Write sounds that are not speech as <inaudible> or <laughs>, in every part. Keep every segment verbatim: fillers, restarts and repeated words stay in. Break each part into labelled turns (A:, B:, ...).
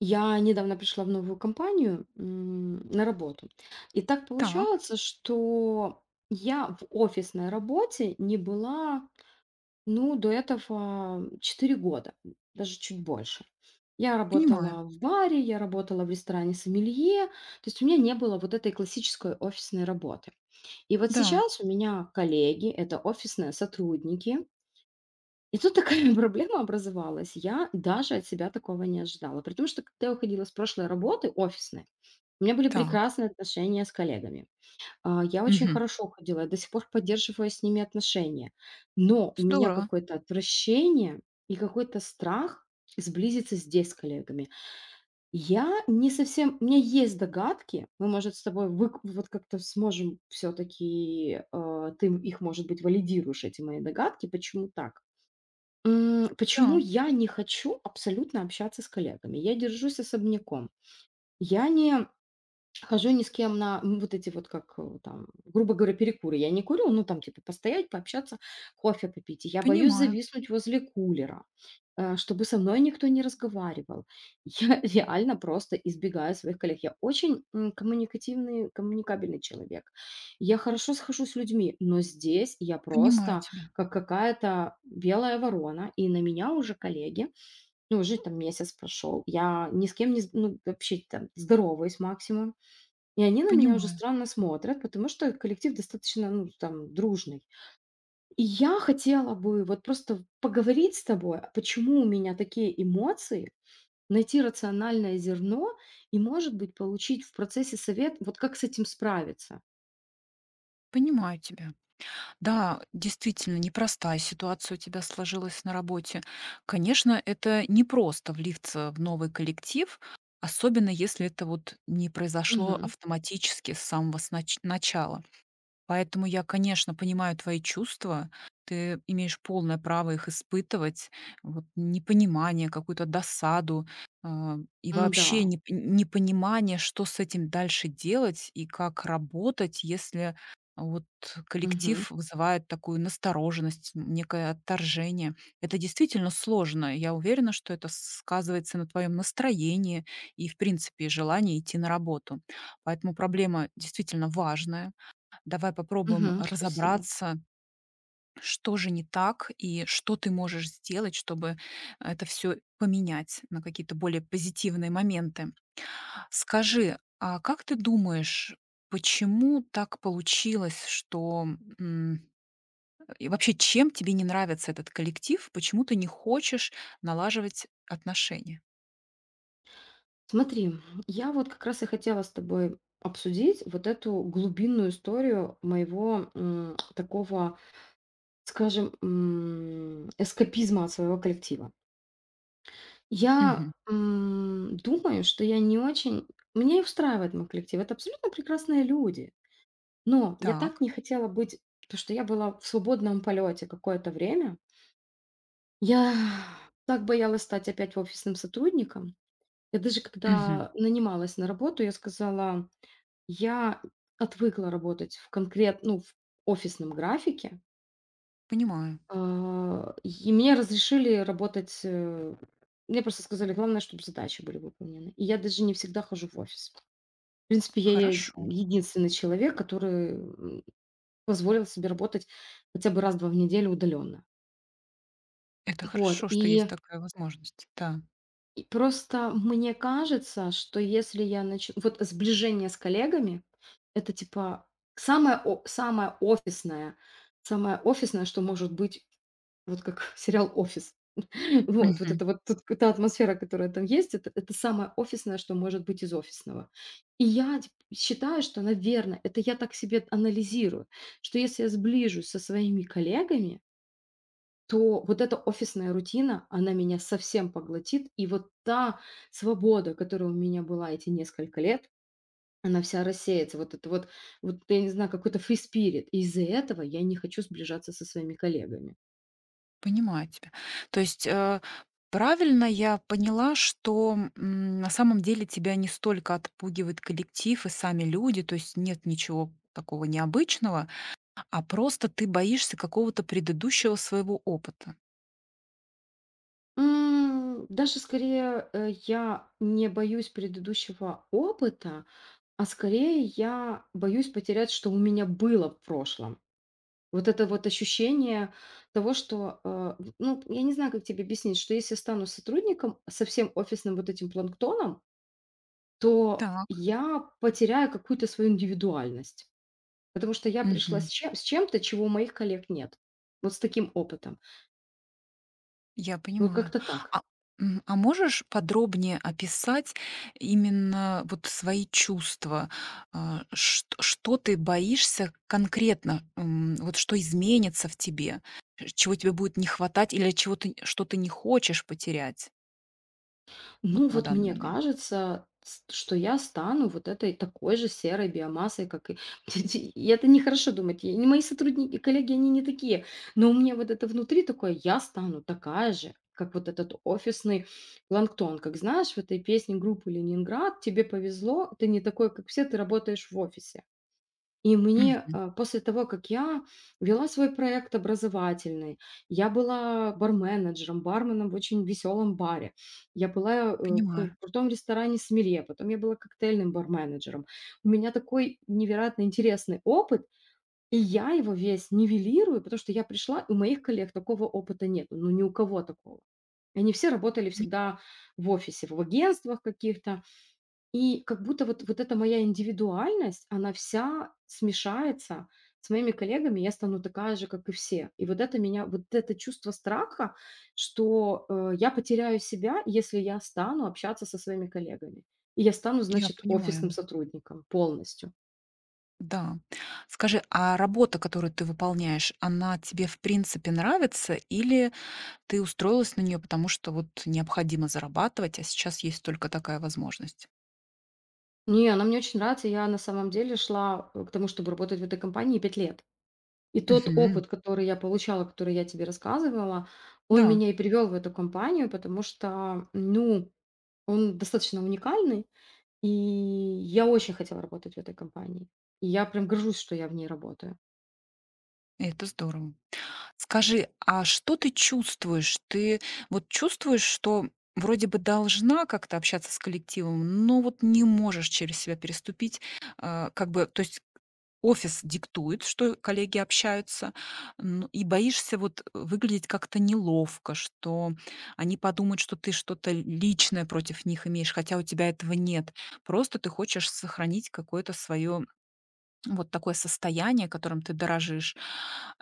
A: Я недавно пришла в новую компанию, м, на работу. И так
B: Так,
A: получается, что я в офисной работе не была, ну, до этого четыре года, даже чуть больше. Я
B: понимаю.
A: работала в баре, я работала в ресторане сомелье, то есть у меня не было вот этой классической офисной работы. И вот
B: Да,
A: сейчас у меня коллеги, это офисные сотрудники, и тут такая <laughs> проблема образовалась. Я даже от себя такого не ожидала. При том, что когда я уходила с прошлой работы офисной, у меня были
B: так.
A: прекрасные отношения с коллегами. А, Я очень
B: Мгм.
A: хорошо уходила, я до сих пор поддерживаю с ними отношения. Но у меня
B: Здорово.
A: какое-то отвращение и какой-то страх сблизиться здесь с коллегами. Я не совсем... У меня есть догадки, мы, может, с тобой вык- вот как-то сможем все-таки... Ты их, может быть, валидируешь, эти мои догадки, почему так. М, почему
B: Да,
A: я не хочу абсолютно общаться с коллегами? Я держусь особняком. Я не Хожу ни с кем на, м, вот эти вот, как, э, там, грубо говоря, перекуры. Я не курю, ну, там, типа, постоять, пообщаться, кофе попить. И я боюсь
B: понимаю.
A: зависнуть возле кулера, э, чтобы со мной никто не разговаривал. <laughs> Я реально просто избегаю своих коллег. Я очень м, коммуникативный, коммуникабельный человек. Я хорошо схожу с людьми, но здесь я
B: Понимаю
A: просто
B: тебя.
A: как какая-то белая ворона, и на меня уже коллеги, ну, уже там месяц прошел, я ни с кем не, з- ну, вообще там здороваюсь максимум, и они на меня уже
B: Понимаю.
A: странно смотрят, потому что коллектив достаточно, ну, там, дружный. И я хотела бы вот просто поговорить с тобой, а почему у меня такие эмоции, найти рациональное зерно и, может быть, получить в процессе совет, вот как с этим справиться.
B: Понимаю тебя. Да, действительно, непростая ситуация у тебя сложилась на работе. Конечно, это непросто влиться в новый коллектив, особенно если это вот не произошло
A: Мгм.
B: автоматически с самого снач- начала. Поэтому я, конечно, понимаю твои чувства. Ты имеешь полное право их испытывать. Вот непонимание, какую-то досаду, а, и вообще
A: М-да.
B: не непонимание, что с этим дальше делать и как работать, если вот
A: Мгм.
B: коллектив вызывает такую настороженность, некое отторжение. Это действительно сложно. Я уверена, что это сказывается на твоем настроении и, в принципе, желании идти на работу. Поэтому проблема действительно важная. Давай попробуем
A: Мгм. Спасибо.
B: разобраться, что же не так и что ты можешь сделать, чтобы это все поменять на какие-то более позитивные моменты. Скажи, а как ты думаешь, почему так получилось, что, м, и вообще, чем тебе не нравится этот коллектив? Почему ты не хочешь налаживать отношения?
A: Смотри, я вот как раз и хотела с тобой обсудить вот эту глубинную историю моего, м, такого, Скажем, м, эскапизма от своего коллектива. Я,
B: Мгм.
A: м, думаю, что я не очень меня и устраивает мой коллектив. Это абсолютно прекрасные люди. Но я так
B: Так.
A: не хотела быть то, что я была в свободном полете какое-то время. Я так боялась стать опять офисным сотрудником. Я даже
B: Мгм.
A: когда нанималась на работу, я сказала: "Я отвыкла работать в конкрет ну, в офисном графике".
B: Понимаю.
A: А, и мне разрешили работать, э, мне просто сказали: "Главное, чтобы задачи были выполнены". И я даже не всегда хожу в офис. В принципе, я е
B: Хорошо.
A: единственный человек, который, м, позволил себе работать хотя бы раз-два в неделю удаленно.
B: Это
A: Вот,
B: хорошо, что есть
A: и
B: такая возможность. Да.
A: и просто мне кажется, что если я начну, вот сближение с коллегами- это типа самое о самое офисное самое офисное, что может быть, вот как <laughs> сериал "Офис". Вот, вот
B: Мгм.
A: это вот тут та атмосфера, которая там есть, это это самое офисное, что может быть из офисного. И я ть считаю, что, наверно, это я так себе анализирую, что если я сближусь со своими коллегами, то вот эта офисная рутина, она меня совсем поглотит, и вот та свобода, которая у меня была эти несколько лет, она вся рассеется. Вот это вот, вот я не знаю, какой-то фри спирит. И из-за этого я не хочу сближаться со своими коллегами.
B: Понимаю тебя. То есть, э, правильно я поняла, что, м, на самом деле тебя не столько отпугивает коллектив и сами люди, то есть нет ничего такого необычного, а просто ты боишься какого-то предыдущего своего опыта.
A: М, даже скорее, э, я не боюсь предыдущего опыта, а скорее я боюсь потерять, что у меня было в прошлом. Вот это вот ощущение того, что, э, в- ну, я не знаю, как тебе объяснить, что если я стану сотрудником со всем офисным вот этим планктоном, то
B: Так.
A: я потеряю какую-то свою индивидуальность, потому что я пришла с чем- с чем-то, чего у моих коллег нет, вот с таким опытом.
B: Я
A: Вот
B: понимаю.
A: как-то так.
B: А, м, а можешь подробнее описать именно вот свои чувства? А, ш- Что ты боишься конкретно? М, Вот что изменится в тебе? Э, Чего тебе будет не хватать или чего ты, что ты не хочешь потерять вот
A: Ну,
B: на
A: вот
B: данный
A: мне
B: момент?
A: кажется, с- что я стану вот этой такой же серой биомассой, как и... <laughs> И это нехорошо думать. и не- Мои сотрудники, коллеги, они не такие. Но у меня вот это внутри такое, я стану такая же, как вот этот офисный планктон. Как знаешь, в этой песне группы «Ленинград» тебе повезло, ты не такой, как все, ты работаешь в офисе. И мне,
B: Мгм.
A: а, после того, как я вела свой проект образовательный, я была барменеджером, барменом в очень веселом баре, я была, э, в кру
B: Понимаю.
A: крутом ресторане "Смирье", потом я была коктейльным барменеджером. У меня такой невероятно интересный опыт, и я его весь нивелирую, потому что я пришла, и у моих коллег такого опыта нету, ну, ни у кого такого. Они все работали
B: Пони-
A: всегда в офисе, в агентствах каких-то. И как будто вот вот эта моя индивидуальность, она вся смешается с моими коллегами, я стану такая же, как и все. И вот это меня вот это чувство страха, что, э, я потеряю себя, если я стану общаться со своими коллегами. И я стану,
B: Я
A: значит, офисным
B: понимаю.
A: сотрудником полностью.
B: Да. Скажи, а работа, которую ты выполняешь, она тебе в принципе нравится или ты устроилась на нее, потому что вот необходимо зарабатывать, а сейчас есть только такая возможность.
A: Не, она мне очень нравится. Я на самом деле шла, э, к тому, чтобы работать в этой компании пять лет. И тот
B: Мгм.
A: опыт, который я получала, который я тебе рассказывала, он
B: Да,
A: меня и привел в эту компанию, потому что, ну, Он достаточно уникальный, и я очень хотела работать в этой компании. И я прям горжусь, что я в ней работаю.
B: это здорово. Скажи, а что ты чувствуешь? Ты вот чувствуешь, что вроде бы должна как-то общаться с коллективом, но вот не можешь через себя переступить, а, как бы, то есть офис диктует, что коллеги общаются, н и боишься вот э, выглядеть как-то неловко, что они подумают, что ты что-то личное против них имеешь, хотя у тебя этого нет. Просто ты хочешь сохранить какое-то свое вот такое состояние, которым ты дорожишь,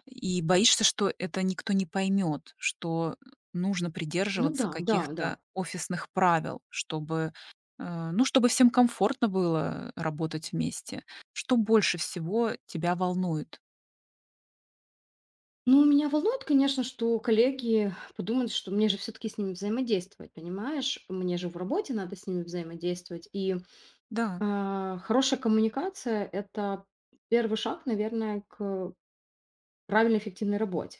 B: и боишься, что это никто не поймет, что нужно
A: Ну да,
B: придерживаться
A: да, да.
B: каких-то офисных правил, чтобы, э, ну, чтобы всем комфортно было работать вместе. Что больше всего тебя волнует?
A: Ну, меня волнует, конечно, что коллеги подумают, что мне же все-таки с ними взаимодействовать, понимаешь? Мне же в работе надо с ними взаимодействовать. И
B: Да.
A: а, хорошая коммуникация — это первый шаг, наверное, к правильной, эффективной работе.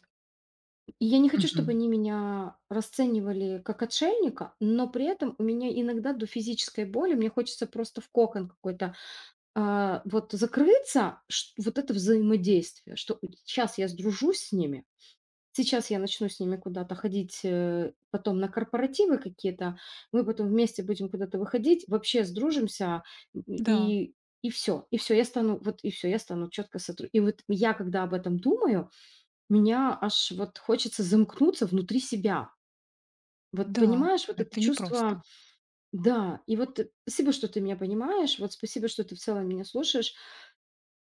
A: И я не хочу, чтобы
B: Мгм.
A: они меня расценивали как отшельника, но при этом у меня иногда до физической боли, мне хочется просто в кокон какой-то, а, вот закрыться, чт вот это взаимодействие, что сейчас я сдружусь с ними, сейчас я начну с ними куда-то ходить, э, потом на корпоративы какие-то, мы потом вместе будем куда-то выходить, вообще сдружимся, м,
B: Да,
A: и и все, и все. Я стану вот и все, я стану четко сотруд И вот я, когда об этом думаю, меня аж вот хочется замкнуться внутри себя. Вот
B: да,
A: понимаешь, вот это
B: это непросто.
A: чувство, да. И вот, э, спасибо, что ты меня понимаешь, вот спасибо, что ты в целом меня слушаешь.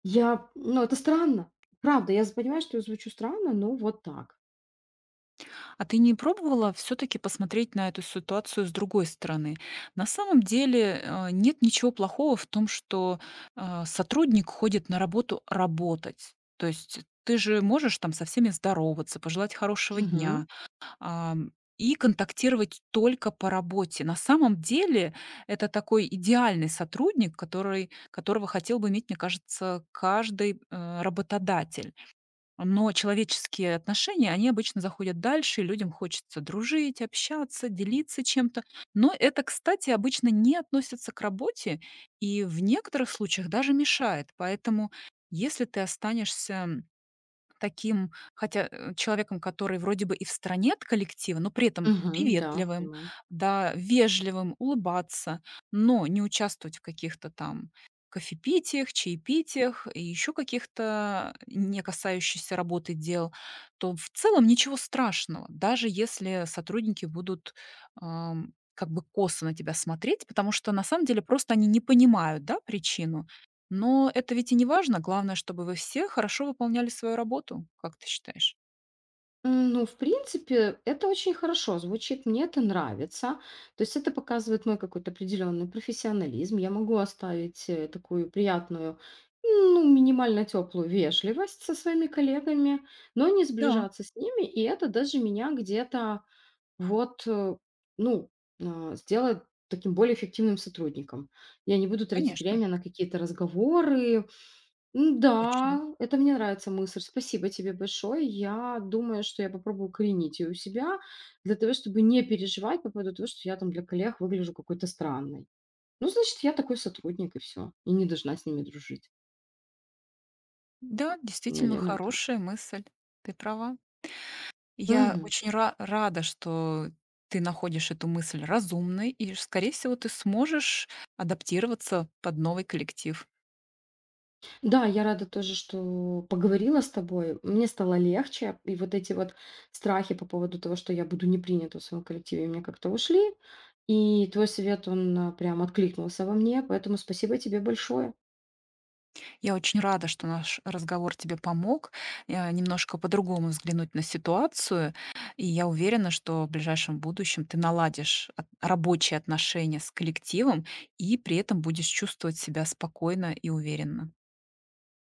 A: Я, ну, это странно. Правда, я з понимаю, что я звучу странно, но вот так.
B: А ты не пробовала все-таки посмотреть на эту ситуацию с другой стороны? На самом деле э, нет ничего плохого в том, что э, сотрудник ходит на работу работать. То есть ты же можешь там со всеми здороваться, пожелать хорошего
A: Мгм.
B: дня. ам, и контактировать только по работе. На самом деле это такой идеальный сотрудник, который, которого хотел бы иметь, мне кажется, каждый э, работодатель. Но человеческие отношения, они обычно заходят дальше, и людям хочется дружить, общаться, делиться чем-то. Но это, кстати, обычно не относится к работе и в некоторых случаях даже мешает. Поэтому если ты останешься таким, хотя, э, человеком, который вроде бы и в стороне от коллектива, но при этом
A: Мгм. Да,
B: приветливым,
A: понимаю.
B: да, вежливым, улыбаться, но не участвовать в каких-то там кофепитиях, чаепитиях и еще каких-то э, не касающихся работы дел, то в целом ничего страшного, даже если сотрудники будут, ам, как бы косо на тебя смотреть, потому что на самом деле просто они не понимают, да, причину. Но это ведь и не важно. Главное, чтобы вы все хорошо выполняли свою работу, как ты считаешь?
A: М, ну, в принципе, это очень хорошо звучит, мне это нравится. То есть это показывает мой какой-то определенный профессионализм. Я могу оставить, э, такую приятную, ну, минимально теплую вежливость со своими коллегами, но не
B: Да,
A: сближаться с ними. И это даже меня где-то вот, э, ну, а, сделает таким более эффективным сотрудником. Я не буду тратить
B: конечно,
A: время на какие-то разговоры. М,
B: точно.
A: Да, это мне нравится мысль. Спасибо тебе большое. Я думаю, что я попробую укоренить ее у себя для того, чтобы не переживать по поводу того, что я там для коллег выгляжу какой-то странной. Ну, значит, я такой сотрудник и все. И не должна с ними дружить.
B: Да, действительно
A: Наверное, так.
B: хорошая мысль. Ты права. Я
A: Мгм.
B: очень ра- рада, что ты находишь эту мысль разумной, и, скорее всего, ты сможешь адаптироваться под новый коллектив.
A: Да, я рада тоже, что поговорила с тобой. Мне стало легче. И вот эти вот страхи по поводу того, что я буду не принята в своем коллективе, мне как-то ушли. И твой совет, он, а, прям откликнулся во мне. Поэтому спасибо тебе большое.
B: Я очень рада, что наш разговор тебе помог, э, немножко по-другому взглянуть на ситуацию. И я уверена, что в ближайшем будущем ты наладишь от- рабочие отношения с коллективом и при этом будешь чувствовать себя спокойно и уверенно.